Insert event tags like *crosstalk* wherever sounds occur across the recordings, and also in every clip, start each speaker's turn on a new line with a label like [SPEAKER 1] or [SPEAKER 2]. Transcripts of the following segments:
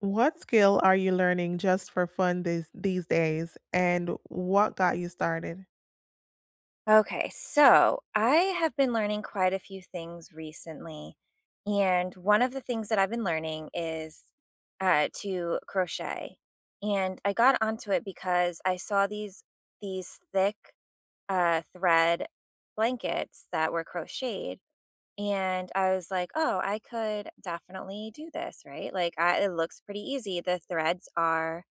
[SPEAKER 1] What skill are you learning just for fun these days, and what got you started?
[SPEAKER 2] Okay, so I have been learning quite a few things recently. And one of the things that I've been learning is to crochet. And I got onto it because I saw these thick thread blankets that were crocheted. And I was like, oh, I could definitely do this, right? Like, I, it looks pretty easy. The threads are,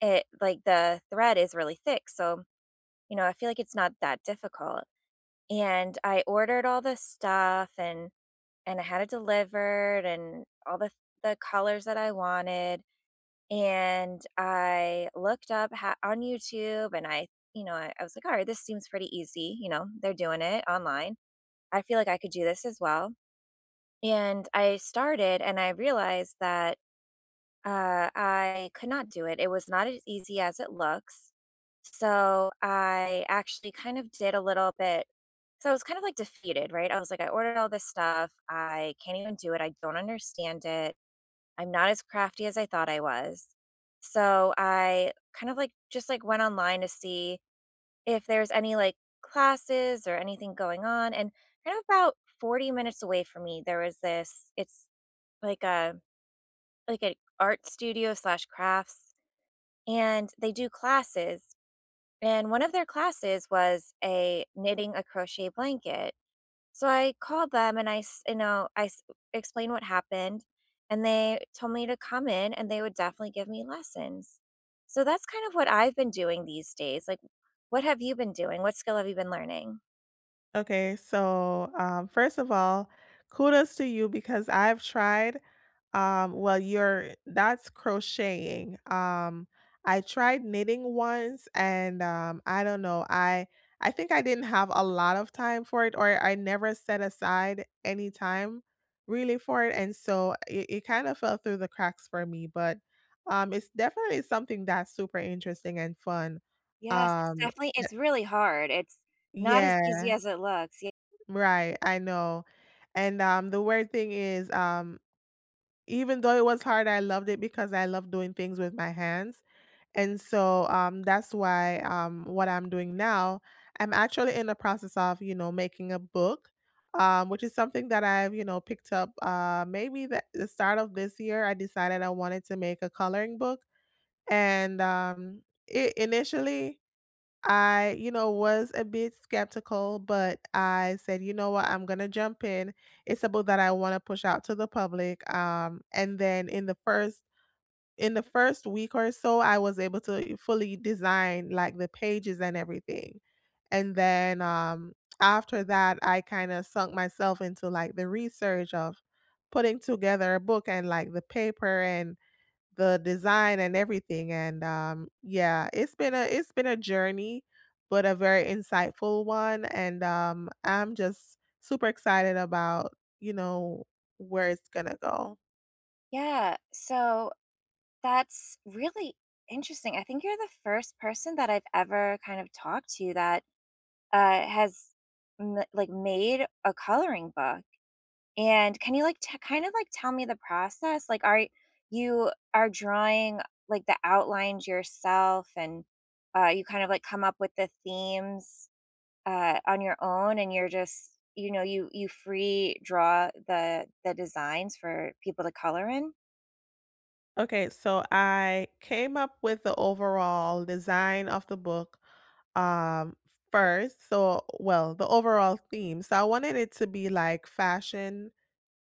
[SPEAKER 2] it like the thread is really thick. So, you know, I feel like it's not that difficult and I ordered all the stuff and I had it delivered and all the colors that I wanted. And I looked up ho on YouTube and I, you know, I was like, all right, this seems pretty easy. You know, they're doing it online. I feel like I could do this as well. And I started and I realized that I could not do it. It was not as easy as it looks. So I actually kind of did a little bit. So I was kind of like defeated, right? I was like, I ordered all this stuff. I can't even do it. I don't understand it. I'm not as crafty as I thought I was. So I kind of like just like went online to see if there's any like classes or anything going on. And kind of about 40 minutes away from me, there was this, it's like a like an art studio slash crafts and they do classes. And one of their classes was a knitting a crochet blanket. So I called them and I, s- you know, I s- explained what happened, and they told me to come in and they would definitely give me lessons. So that's kind of what I've been doing these days. Like, what have you been doing? What skill have you been learning?
[SPEAKER 1] Okay, first of all, kudos to you because I've tried. Well, you're that's crocheting. I tried knitting once, and I don't know. I think I didn't have a lot of time for it, or I never set aside any time really for it, and so it kind of fell through the cracks for me. But it's definitely something that's super interesting and fun.
[SPEAKER 2] Yes, it's
[SPEAKER 1] Um,
[SPEAKER 2] definitely,
[SPEAKER 1] eh,
[SPEAKER 2] it's really hard. It's not as easy
[SPEAKER 1] yeah,
[SPEAKER 2] as it looks. Yeah.
[SPEAKER 1] right. I know. And, the weird thing is, even though it was hard, I loved it because I love doing things with my hands. And so, that's why, what I'm doing now, I'm actually in the process of, you know, making a book, which is something that I've, you know, picked up, maybe the start of this year. I decided I wanted to make a coloring book. And, it initially I, you know, was a bit skeptical, but I said, you know what, I'm gonna jump in. It's a book that I want to push out to the public. And then in the first week or so, I was able to fully design like the pages and everything. And then after that, I kind of sunk myself into like the research of putting together a book and like the paper and the design and everything. And yeah, it's been a journey, but a very insightful one. And I'm just super excited about you know where it's gonna go.
[SPEAKER 2] Yeah. So that's really interesting. I think you're the first person that I've ever kind of talked to that uh, has like made a coloring book. And can you like kind of like tell me the process? Like, are you are drawing like the outlines yourself, and you kind of like come up with the themes on your own, and you're just you know you free draw the designs for people to color in.
[SPEAKER 1] Okay, so I came up with the overall design of the book um first. So, well, the overall theme. So I wanted it to be like fashion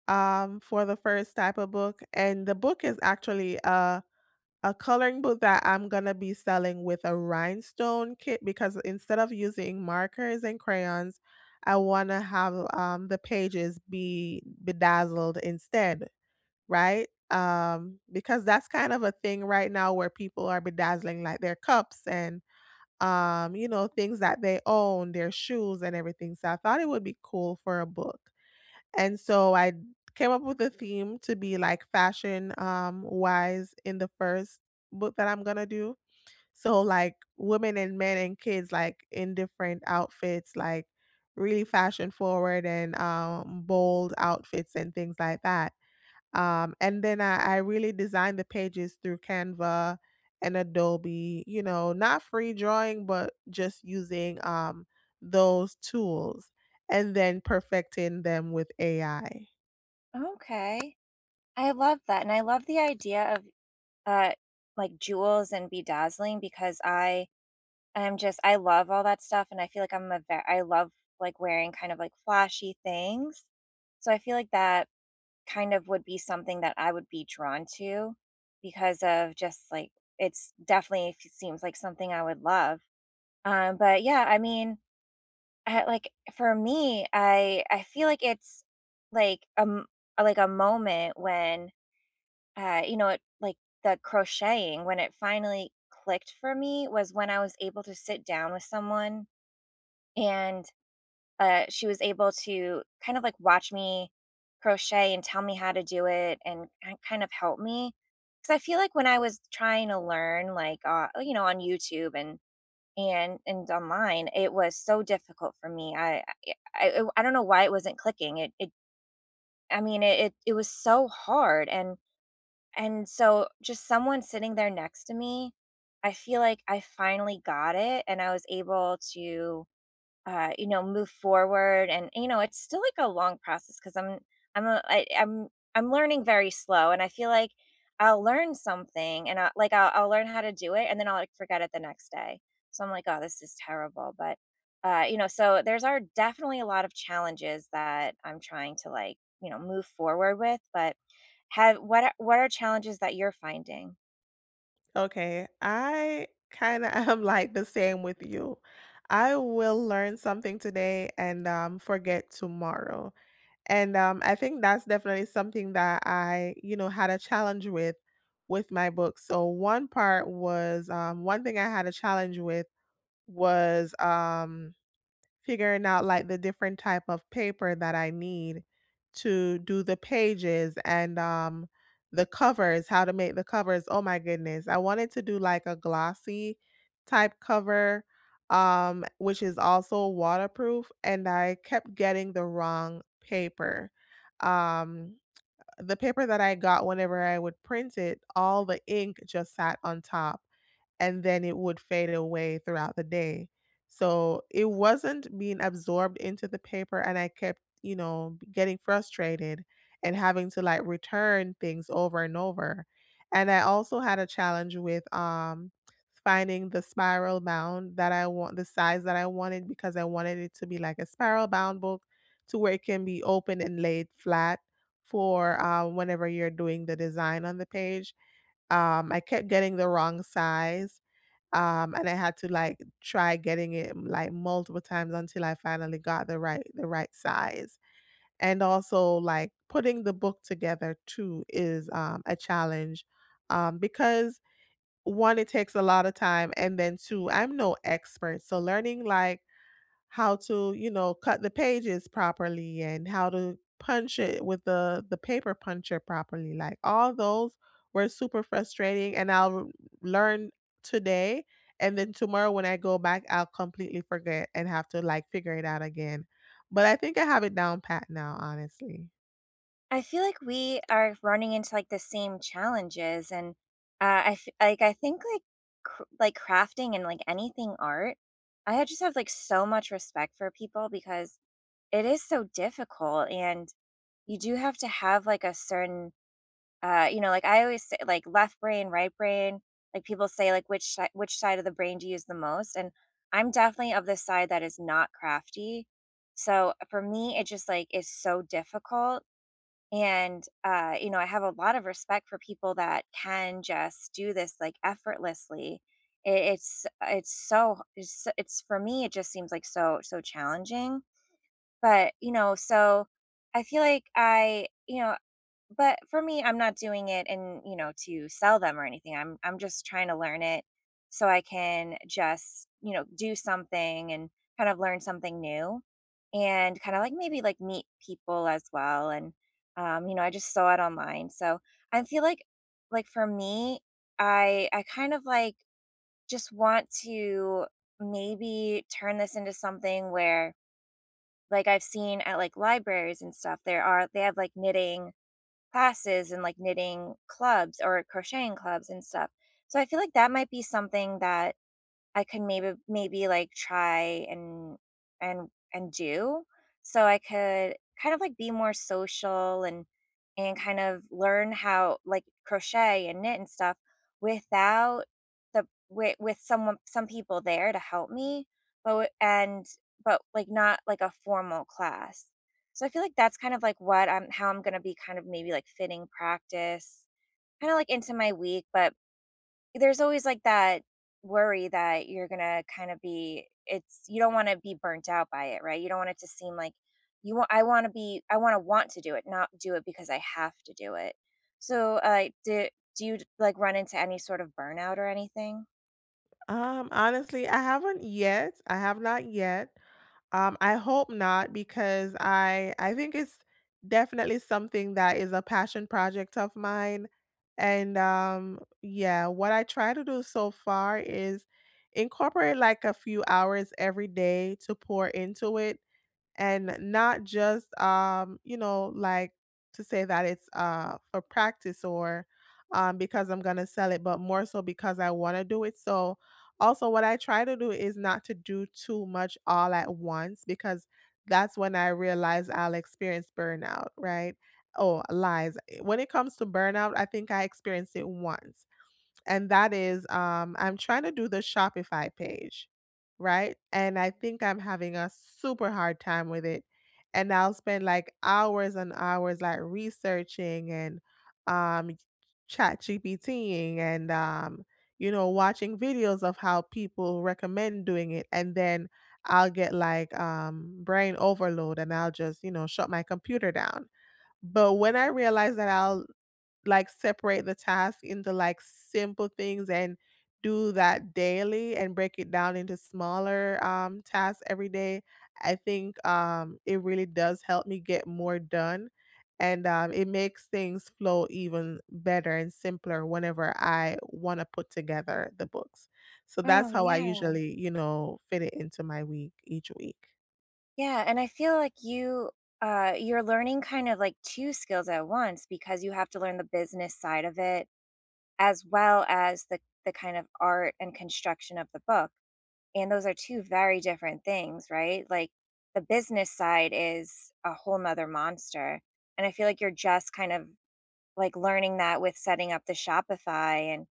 [SPEAKER 1] for the first type of book, and the book is actually a coloring book that I'm gonna be selling with a rhinestone kit, because instead of using markers and crayons, I wanna have, the pages be bedazzled instead, right? Because that's kind of a thing right now where people are bedazzling, like, their cups and, you know, things that they own, their shoes and everything, so I thought it would be cool for a book. And so I came up with a theme to be like fashion wise in the first book that I'm gonna do. So like women and men and kids like in different outfits, like really fashion forward and bold outfits and things like that. And then I really designed the pages through Canva and Adobe, you know, not free drawing, but just using those tools and then perfecting them with AI.
[SPEAKER 2] Okay. I love that, and I love the idea of, uh, like, jewels and bedazzling because I am just I love all that stuff, and I feel like I'm a ve I love, like, wearing kind of, like, flashy things. So I feel like that kind of would be something that I would be drawn to because of just, like it's definitely f seems like something I would love. But yeah, I mean, I like, for me, I feel like it's, like, um, like, a moment when you know, it like the crocheting when it finally clicked for me was when I was able to sit down with someone and she was able to kind of like watch me crochet and tell me how to do it and kind of help me because I feel like when I was trying to learn like you know on YouTube and and online it was so difficult for me. I don't know why it wasn't clicking it it I mean it was so hard and so just someone sitting there next to me, I feel like I finally got it and I was able to you know, move forward and, you know, it's still like a long process because I'm a, I I'm I'm learning very slow and I feel like I'll learn something and I like I'll learn how to do it and then I'll like forget it the next day. So I'm like, "Oh, this is terrible." But you know, so there's are definitely a lot of challenges that I'm trying to like, you know, move forward with, but what are challenges that you're finding?
[SPEAKER 1] Okay, I kinda *laughs* am like the same with you. I will learn something today and, forget tomorrow, and, I think that's definitely something that I, you know, had a challenge with my book. So one part was, one thing I had a challenge with was, figuring out, like, the different type of paper that I need to do the pages and, the covers, how to make the covers. Oh my goodness. I wanted to do, like, a glossy type cover, which is also waterproof, and I kept getting the wrong paper. Um, the paper that I got, whenever I would print it, all the ink just sat on top and then it would fade away throughout the day. So it wasn't being absorbed into the paper, and I kept, you know, getting frustrated and having to like return things over and over. And I also had a challenge with finding the spiral bound that I want, the size that I wanted, because I wanted it to be like a spiral bound book to where it can be open and laid flat for whenever you're doing the design on the page. I kept getting the wrong size, and I had to like try getting it like multiple times until I finally got the right size. And also like putting the book together too is a challenge. Because one, it takes a lot of time, and then two, I'm no expert. So learning like how to, you know, cut the pages properly and how to punch it with the paper puncher properly. Like, all those were super frustrating, and I'll r learn today, and then tomorrow when I go back, I'll completely forget and have to, like, figure it out again. But I think I have it down pat now, honestly.
[SPEAKER 2] I feel like we are running into, like, the same challenges, and, I f like, I think, like, cr like, crafting and, like, anything art, just have, like, so much respect for people because it is so difficult, and you do have to have, like, a certain, you know, like, I always say, like, left brain, right brain, like, people say, like, which side of the brain do you use the most, and I'm definitely of the side that is not crafty, so for me, it just, like, is so difficult and, you know, I have a lot of respect for people that can just do this like effortlessly. It, it's so, it's for me, it just seems like so, so challenging. But, you know, so I feel like I, you know, but for me, I'm not doing it and, you know, to sell them or anything. I'm just trying to learn it so I can just, you know, do something and kind of learn something new and kind of like maybe like meet people as well. And you know, I just saw it online. So I feel like for me, I kind of like just want to maybe turn this into something where like I've seen at like libraries and stuff, there are they have like knitting classes and like knitting clubs or crocheting clubs and stuff. So I feel like that might be something that I could maybe like try and do. So I could kind of like be more social and kind of learn how like crochet and knit and stuff without the with someone some people there to help me but w- and but like not like a formal class so I feel like that's kind of like what I'm how I'm gonna be kind of maybe like fitting practice kind of like into my week but there's always, like, that worry that you're gonna kinda be it's you don't wanna be burnt out by it, right? You don't want it to seem like you want I wanna be I wanna want to do it, not do it because I have to do it. So, do you, like, run into any sort of burnout or anything?
[SPEAKER 1] Honestly, I haven't yet. I have not yet. I hope not, because I think it's definitely something that is a passion project of mine. And yeah, what I try to do so far is incorporate like a few hours every day to pour into it, and not just you know like to say that it's for practice, or because I'm going to sell it, but more so because I want to do it. So also what I try to do is not to do too much all at once, because that's when I realize I'll experience burnout, right? Oh lies, when it comes to burnout, I think I experienced it once, and that is I'm trying to do the Shopify page, right? And I think I'm having a super hard time with it. And I'll spend like hours and hours like researching and um chat GPTing and you know watching videos of how people recommend doing it, and then I'll get like brain overload, and I'll just, you know, shut my computer down. But when I realize that, I'll like separate the task into like simple things and do that daily and break it down into smaller tasks every day, I think it really does help me get more done. And it makes things flow even better and simpler whenever I want to put together the books. So that's
[SPEAKER 2] Oh,
[SPEAKER 1] how I
[SPEAKER 2] yeah.
[SPEAKER 1] usually, you know, fit it into my week each week.
[SPEAKER 2] Yeah, and I feel like you, you're learning kind of, like, 2 skills at once because you have to learn the business side of it as well as the kind of art and construction of the book. And those are 2 very different things, right? Like, the business side is a whole 'nother monster, and I feel like you're just kind of, like, learning that with setting up the Shopify and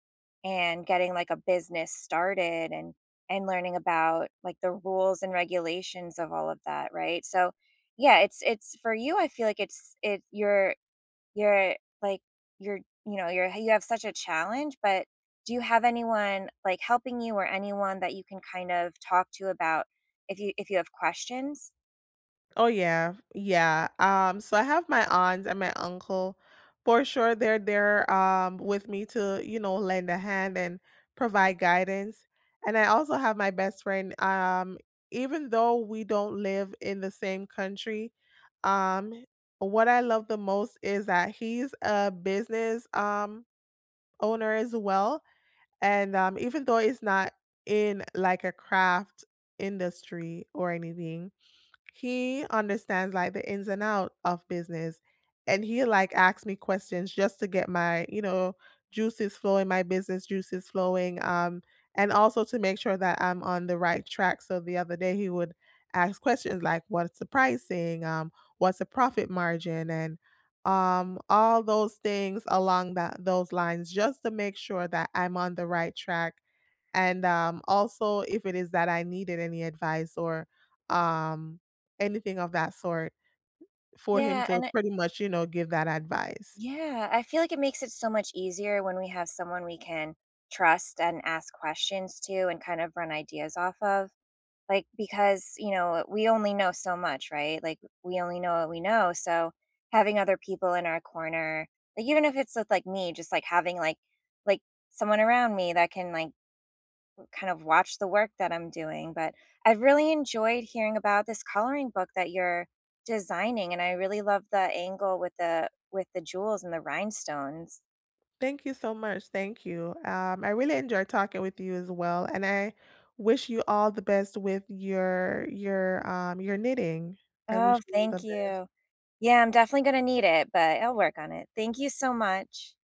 [SPEAKER 2] getting, like, a business started and learning about, like, the rules and regulations of all of that, right? So, yeah, it's for you, I feel like it's it you're you're like you're you know, you're you have such a challenge, but do you have anyone, like, helping you or anyone that you can kind of talk to about if you have questions?
[SPEAKER 1] Oh yeah, yeah. So I have my aunts and my uncle. For sure, they're there with me to, you know, lend a hand and provide guidance. And I also have my best friend. Even though we don't live in the same country, um, what I love the most is that he's a business owner as well. And even though it's not in like a craft industry or anything, he understands, like, the ins and out of business, and he like, asks me questions just to get my, you know, juices flowing, my business juices flowing, and also to make sure that I'm on the right track. So the other day, he would ask questions like, "What's the pricing?" "What's the profit margin?" And, all those things along that those lines, just to make sure that I'm on the right track. And, also, if it is that I needed any advice or, um anything of that sort, for him
[SPEAKER 2] Yeah,
[SPEAKER 1] to
[SPEAKER 2] and I
[SPEAKER 1] pretty much, you know, give that advice.
[SPEAKER 2] yeah, I feel like it makes it so much easier when we have someone we can trust and ask questions to and kind of run ideas off of. Like, because, you know, we only know so much, right? Like, we only know what we know. So having other people in our corner, like, even if it's with like me, just like having like someone around me that can like kind of watch the work that I'm doing. But I've really enjoyed hearing about this coloring book that you're designing. And I really love the angle with with the jewels and the rhinestones.
[SPEAKER 1] Thank you so much. Thank you. I really enjoyed talking with you as well, and I wish you all the best with your knitting. I
[SPEAKER 2] Oh,
[SPEAKER 1] wish you the
[SPEAKER 2] thank
[SPEAKER 1] best.
[SPEAKER 2] you. Yeah, I'm definitely going to need it, but I'll work on it. Thank you so much.